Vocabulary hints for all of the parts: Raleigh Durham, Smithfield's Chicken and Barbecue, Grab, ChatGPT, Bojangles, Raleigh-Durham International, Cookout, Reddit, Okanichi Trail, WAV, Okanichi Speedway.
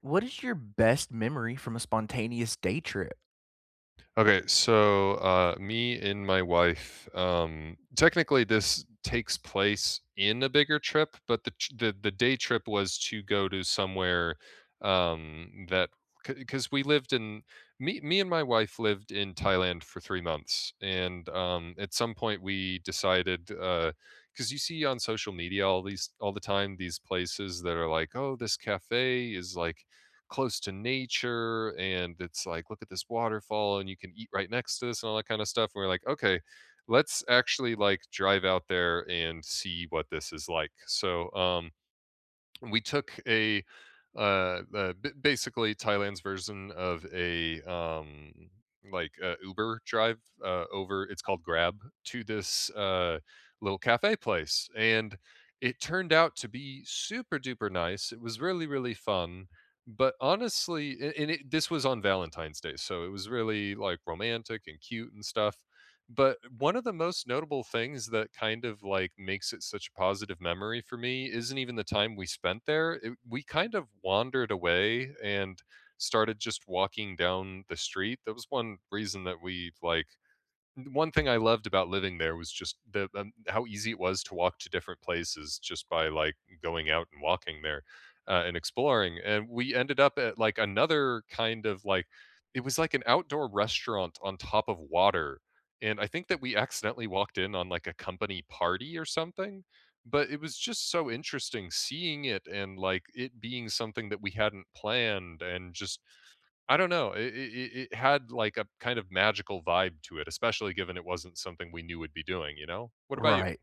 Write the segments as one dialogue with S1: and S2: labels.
S1: What is your best memory from a spontaneous day trip?
S2: Me and my wife. Technically, this takes place in a bigger trip, but the tr- the day trip was to go to somewhere that because we lived in me and my wife lived in Thailand for 3 months, and at some point we decided because you see on social media all the time these places that are like, oh, this cafe is like close to nature and it's like look at this waterfall and you can eat right next to this and all that kind of stuff and we're like okay, let's actually like drive out there and see what this is like. So we took a basically Thailand's version of a Uber drive over, it's called Grab, to this little cafe place and it turned out to be super duper nice. It was really fun. But honestly, this was on Valentine's Day, so it was really like romantic and cute and stuff, but one of the most notable things that kind of like makes it such a positive memory for me isn't even the time we spent there. It, we kind of wandered away and started just walking down the street. That was one reason that we like, one thing I loved about living there was just the how easy it was to walk to different places just by, like, going out and walking there, and exploring, and we ended up at, like, another kind of, like, it was like an outdoor restaurant on top of water, and I think that we accidentally walked in on, like, a company party or something, but it was just so interesting seeing it and, like, it being something that we hadn't planned and just, I don't know. It had, like, a kind of magical vibe to it, especially given it wasn't something we knew we'd be doing, you know? What about you?
S1: Right.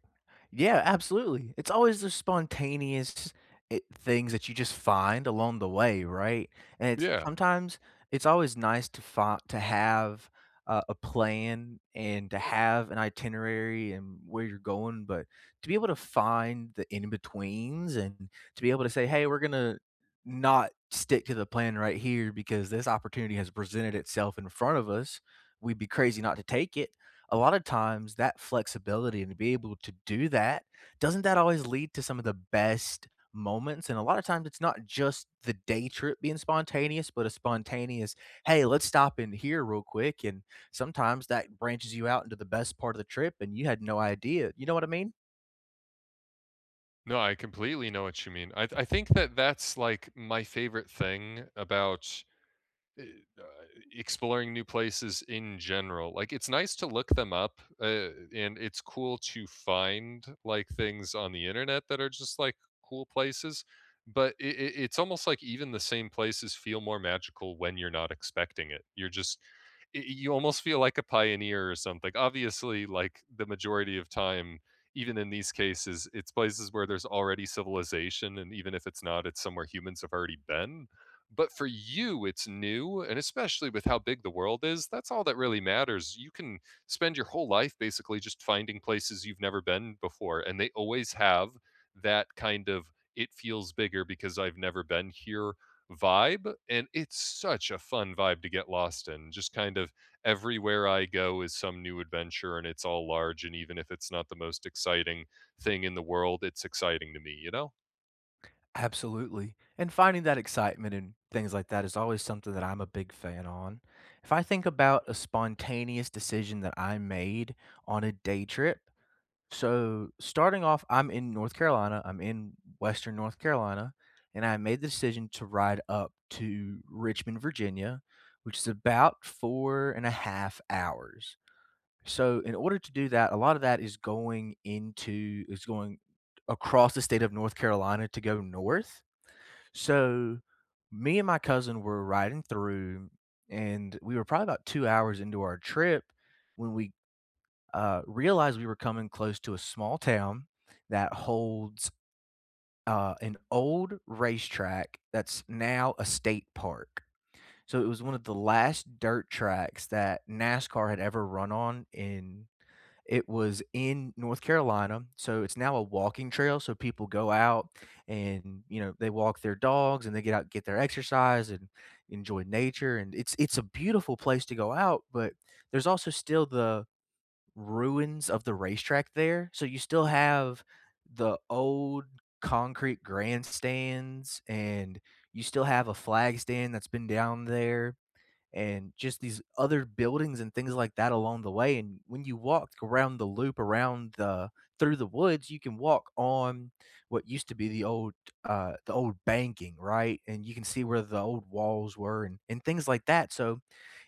S1: Yeah, absolutely. It's always the spontaneous things that you just find along the way, right? And it's
S2: Yeah.
S1: sometimes it's always nice to find to have a plan and to have an itinerary and where you're going, but to be able to find the in betweens and to be able to say, "Hey, we're gonna not stick to the plan right here because this opportunity has presented itself in front of us. We'd be crazy not to take it." A lot of times that flexibility and to be able to do that, doesn't that always lead to some of the best moments? And a lot of times it's not just the day trip being spontaneous, but a spontaneous, hey, let's stop in here real quick. And sometimes that branches you out into the best part of the trip and you had no idea. You know what I mean?
S2: No, I completely know what you mean. I think that that's, like, my favorite thing about eh, uh, exploring new places in general. Like, it's nice to look them up, and it's cool to find like things on the internet that are just like cool places, but it's almost like even the same places feel more magical when you're not expecting it. You're just, I you almost feel like a pioneer or something. Obviously, like, the majority of time, even in these cases, it's places where there's already civilization, and even if it's not, it's somewhere humans have already been, but for you, it's new, and especially with how big the world is, that's all that really matters. You can spend your whole life basically just finding places you've never been before, and they always have that kind of "it feels bigger because I've never been here" vibe. And it's such a fun vibe to get lost in. Just kind of everywhere I go is some new adventure, and it's all large. And even if it's not the most exciting thing in the world, it's exciting to me, you know?
S1: Absolutely. And finding that excitement and things like that is always something that I'm a big fan on. If I think about a spontaneous decision that I made on a day trip, so, starting off, I'm in North Carolina. I'm in Western North Carolina, and I made the decision to ride up to Richmond, Virginia, which is about 4.5 hours. So, in order to do that, a lot of that is going across the state of North Carolina to go north. So, me and my cousin were riding through, and we were probably about 2 hours into our trip when we realized we were coming close to a small town that holds an old racetrack that's now a state park. So it was one of the last dirt tracks that NASCAR had ever run on in it was in North Carolina. So it's now a walking trail. So people go out and, you know, they walk their dogs and they get out, get their exercise and enjoy nature. And it's a beautiful place to go out, but there's also still the ruins of the racetrack there. So you still have the old concrete grandstands and you still have a flag stand that's been down there and just these other buildings and things like that along the way. And when you walk around the loop around the through the woods, you can walk on what used to be the old banking, right? And you can see where the old walls were and things like that. So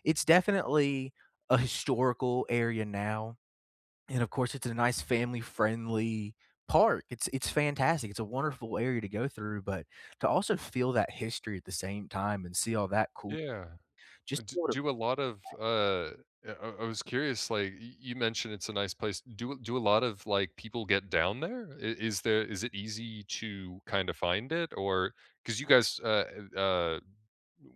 S1: it's definitely a historical area now, and of course, it's a nice family-friendly park. It's fantastic. It's a wonderful area to go through, but to also feel that history at the same time and see all that cool
S2: Yeah.
S1: just
S2: D do a lot of, I was curious, like, y you mentioned it's a nice place. Do do a lot of, like, people get down there? I is there, is it easy to kinda find it? Or because you guys,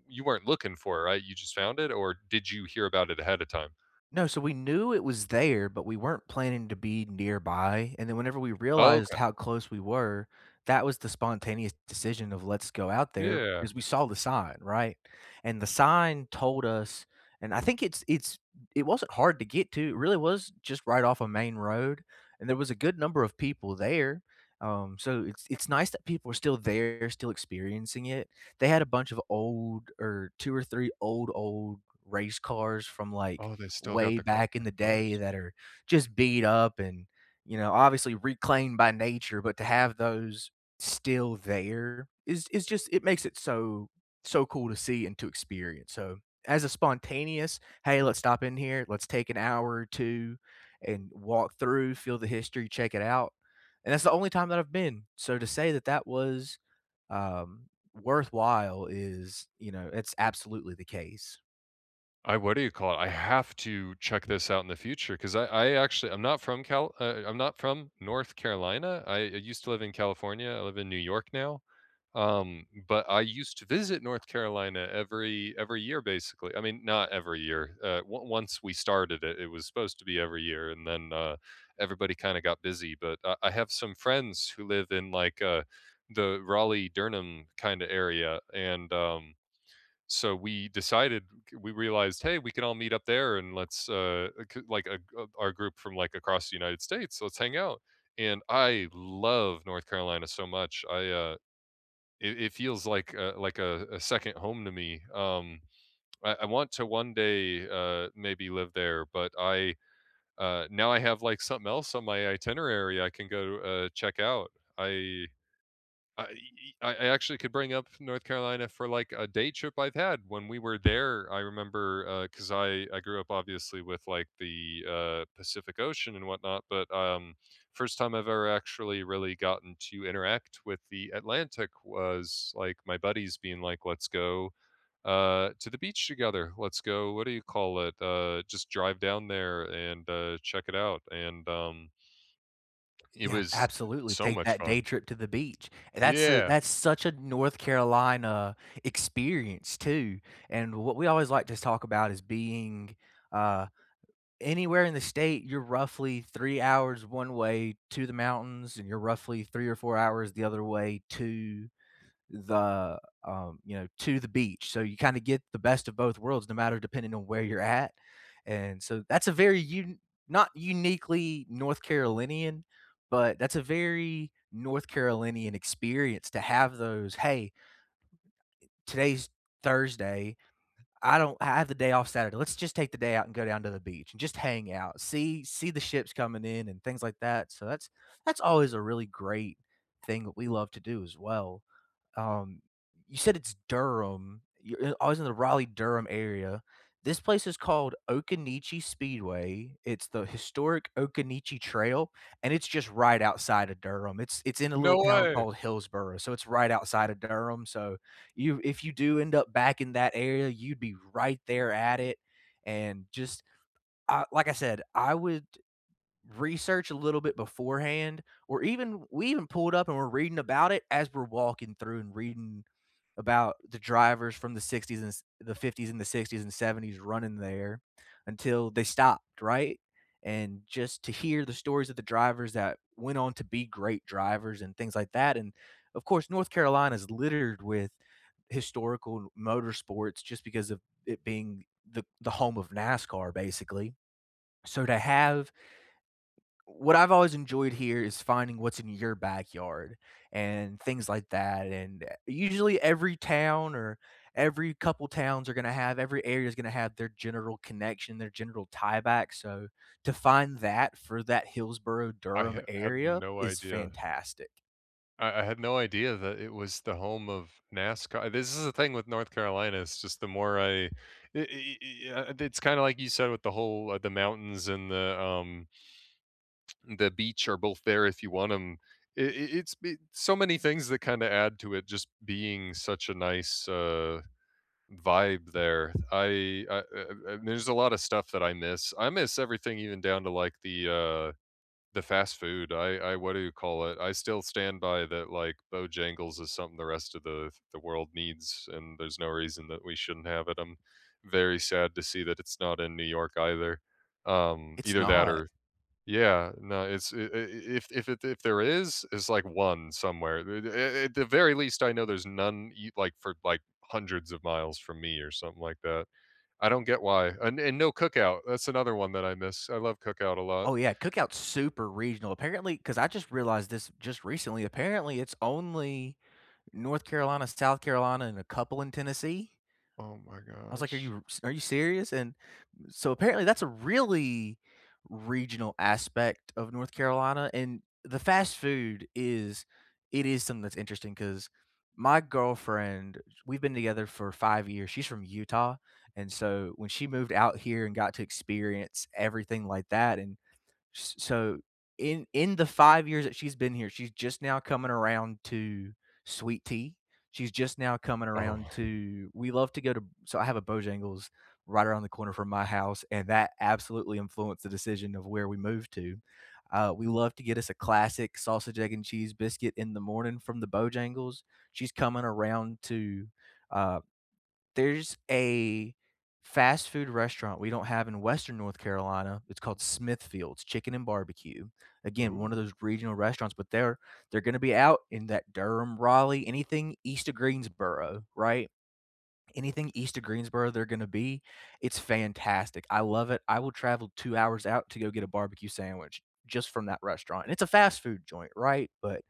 S2: you weren't looking for it, right? You just found it, or did you hear about it ahead of time?
S1: No, so we knew it was there, but we weren't planning to be nearby, and then whenever we realized
S2: Okay.
S1: how close we were, that was the spontaneous decision of let's go out there
S2: Yeah.
S1: because we saw the sign, right? And the sign told us, and I think it wasn't hard to get to, it really was just right off a main road, and there was a good number of people there, so it's nice that people are still there, still experiencing it. They had a bunch of old, or 2 or 3 old, old race cars from, like,
S2: Oh, they still got
S1: way
S2: the ca
S1: back in the day
S2: cars.
S1: that are just beat up and, you know, obviously reclaimed by nature, but to have those still there is just it makes it so so cool to see and to experience. So, as a spontaneous, "Hey, let's stop in here. Let's take an hour or 2 and walk through, feel the history, check it out." And that's the only time that I've been. So to say that that was, um, worthwhile is, you know, it's absolutely the case.
S2: I, what do you call it? I have to check this out in the future 'cause I actually, I'm not from Cal I'm not from North Carolina. I used to live in California. I live in New York now. But I used to visit North Carolina every year, basically. I mean, not every year. On Once we started it, it was supposed to be every year, and then everybody kind of got busy. But I have some friends who live in the Raleigh Durham kind of area, and so we realized, hey, we can all meet up there, and like our group from like across the United States. Let's hang out. And I love North Carolina so much. I it feels like a second home to me. I want to one day maybe live there, but I now I have like something else on my itinerary I can go check out. I I actually could bring up North Carolina for like a day trip I've had when we were there. I remember because I grew up obviously with like the Pacific Ocean and whatnot, but first time I've ever actually really gotten to interact with the Atlantic was like my buddies being like, "Let's go to the beach together. Let's go. What do you call it? Just drive down there and check it out." And it
S1: Yeah,
S2: was
S1: absolutely,
S2: so
S1: take
S2: much
S1: that day
S2: fun.
S1: trip to the beach. That's a
S2: Yeah.
S1: that's such a North Carolina experience too, and what we always like to talk about is being, uh, anywhere in the state, you're roughly 3 hours one way to the mountains, and you're roughly 3 or 4 hours the other way to the, you know, to the beach. So you kinda get the best of both worlds no matter depending on where you're at, and so that's a very un not uniquely North Carolinian, but that's a very North Carolinian experience to have those, "Hey, today's Thursday. I don't I have the day off Saturday. Let's just take the day out and go down to the beach and just hang out, see the ships coming in and things like that." So that's always a really great thing that we love to do as well. Um, you said it's Durham. You're I always in the Raleigh-Durham area. This place is called Okanichi Speedway. It's the historic Okanichi Trail, and it's just right outside of Durham. It's in a
S2: No
S1: little town
S2: way.
S1: called Hillsboro, so it's right outside of Durham, so you, if you do end up back in that area, you'd be right there at it, and just, like I said, I would research a little bit beforehand, or even we even pulled up and we're reading about it as we're walking through and reading about the drivers from the 60s and the 50s and the 60s and 70s running there until they stopped, right? And just to hear the stories of the drivers that went on to be great drivers and things like that. And of course, North Carolina is littered with historical motorsports just because of it being the home of NASCAR, basically. So to have what I've always enjoyed here is finding what's in your backyard and things like that, and, usually every area is gonna have their general connection, their general tie back, so to find that for that Hillsboro,
S2: I
S1: Durham
S2: ha had
S1: area
S2: no
S1: is
S2: idea.
S1: fantastic.
S2: I had no idea that it was the home of NASCAR. This is the thing with North Carolina, it's just the more I I I it's kinda like you said with the whole the mountains and the beach are both there if you want them. I It's be so many things that kinda add to it just being such a nice, vibe there. I, uh there's a lot of stuff that I miss. I miss everything even down to, like, the fast food. I what do you call it? I still stand by that, like, Bojangles is something the rest of the world needs, and there's no reason that we shouldn't have it. I'm very sad to see that it's not in New York either.
S1: It's
S2: Either that
S1: not.
S2: or yeah, no, it's I if it if there is, it's like 1 somewhere. Th a at the very least, I know there's none eat, like, for, like, hundreds of miles from me or something like that. I don't get why, and no cookout. That's another one that I miss. I love cookout a lot.
S1: Oh, yeah, Cookout's super regional. Apparently, because I just realized this just recently, apparently it's only North Carolina, South Carolina, and a couple in Tennessee.
S2: Oh my
S1: I was like, "Are
S2: gosh.
S1: you serious?" And so apparently that's a really regional aspect of North Carolina, and the fast food is it is something that's interesting because my girlfriend, we've been together for 5 years. She's from Utah, and so when she moved out here and got to experience everything like that and S so, in the 5 years that she's been here, she's just now coming around to sweet tea. She's just now coming
S2: Oh,
S1: around to we love to go to so I have a Bojangles right around the corner from my house, and that absolutely influenced the decision of where we moved to. We love to get us a classic sausage, egg, and cheese biscuit in the morning from the Bojangles. She's coming around to, uh there's a fast food restaurant we don't have in Western North Carolina. It's called Smithfield's Chicken and Barbecue. Again, one of
S2: ooh.
S1: those regional restaurants, but they're gonna be out in that Durham, Raleigh, anything east of Greensboro, right? Anything east of Greensboro they're gonna be, it's fantastic. I love it. I will travel 2 hours out to go get a barbecue sandwich just from that restaurant, and it's a fast food joint, right? But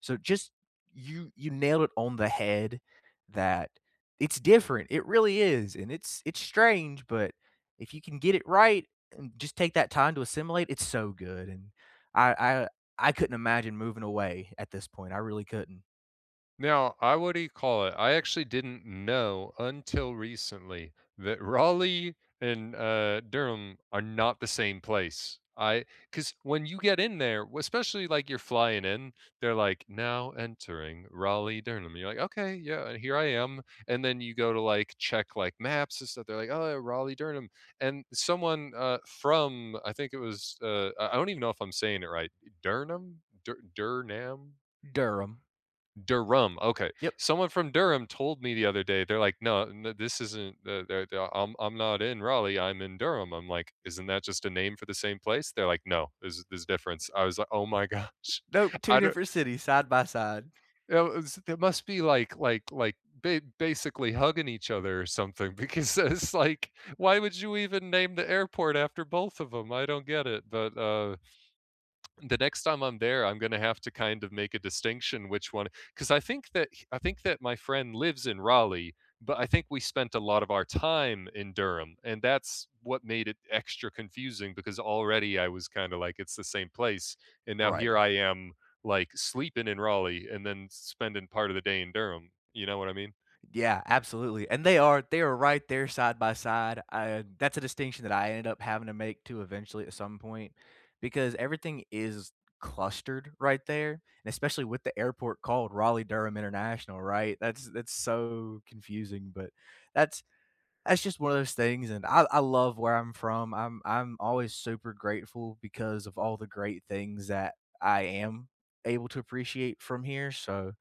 S1: so just you you nailed it on the head that it's different. It really is, and it's strange, but if you can get it right and just take that time to assimilate, it's so good, and I I I couldn't imagine moving away at this point. I really couldn't.
S2: Now, I, what do you call it? I actually didn't know until recently that Raleigh and Durham are not the same place. I, because when you get in there, especially like you're flying in, they're like now entering Raleigh Durham. You're like, okay, yeah, and here I am. And then you go to like check like maps and stuff. They're like, oh, Raleigh Durham. And someone from I think it was I don't even know if I'm saying it right, Durham, Durham.
S1: Durham.
S2: Durham. Okay,
S1: Yep.
S2: someone from Durham told me the other day. They're like, "No, no this isn't. I'm not in Raleigh. I'm in Durham." I'm like, "Isn't that just a name for the same place?" They're like, "No, there's difference." I was like, "Oh my gosh,
S1: Nope, 2
S2: I don't.
S1: different cities side by side.
S2: You know, it's- There must be like basically hugging each other or something because it's like, why would you even name the airport after both of them? I don't get it, but." The next time I'm there, I'm going to have to kind of make a distinction which one, because I think that my friend lives in Raleigh, but I think we spent a lot of our time in Durham, and that's what made it extra confusing because already I was kind of like it's the same place, and now here
S1: Right.
S2: I am like sleeping in Raleigh and then spending part of the day in Durham. You know what I mean?
S1: Yeah, absolutely, and they are right there side by side, I that's a distinction that I ended up having to make too eventually at some point, because everything is clustered right there, and especially with the airport called Raleigh-Durham International, right? That's so confusing, but that's that's just one of those things, and I love where I'm from. I'm always super grateful because of all the great things that I am able to appreciate from here, so,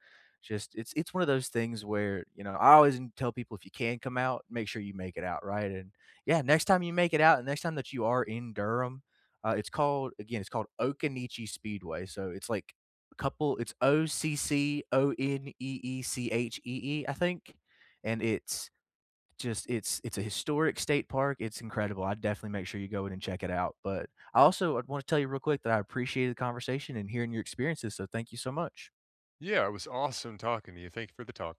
S1: just it's one of those things where, you know, I always tell people, "If you can come out, make sure you make it out," right? And, yeah, next time you make it out, and next time that you are in Durham, it's called, again, it's called Okanichi Speedway, so it's like a couple it's Occoneechee, I think, and it's just it's a historic state park, it's incredible, I'd definitely make sure you go in and check it out, but I also I wanna tell you real quick that I appreciated the conversation and hearing your experiences, so thank you so much.
S2: Yeah, it was awesome talking to you. Thank you for the talk.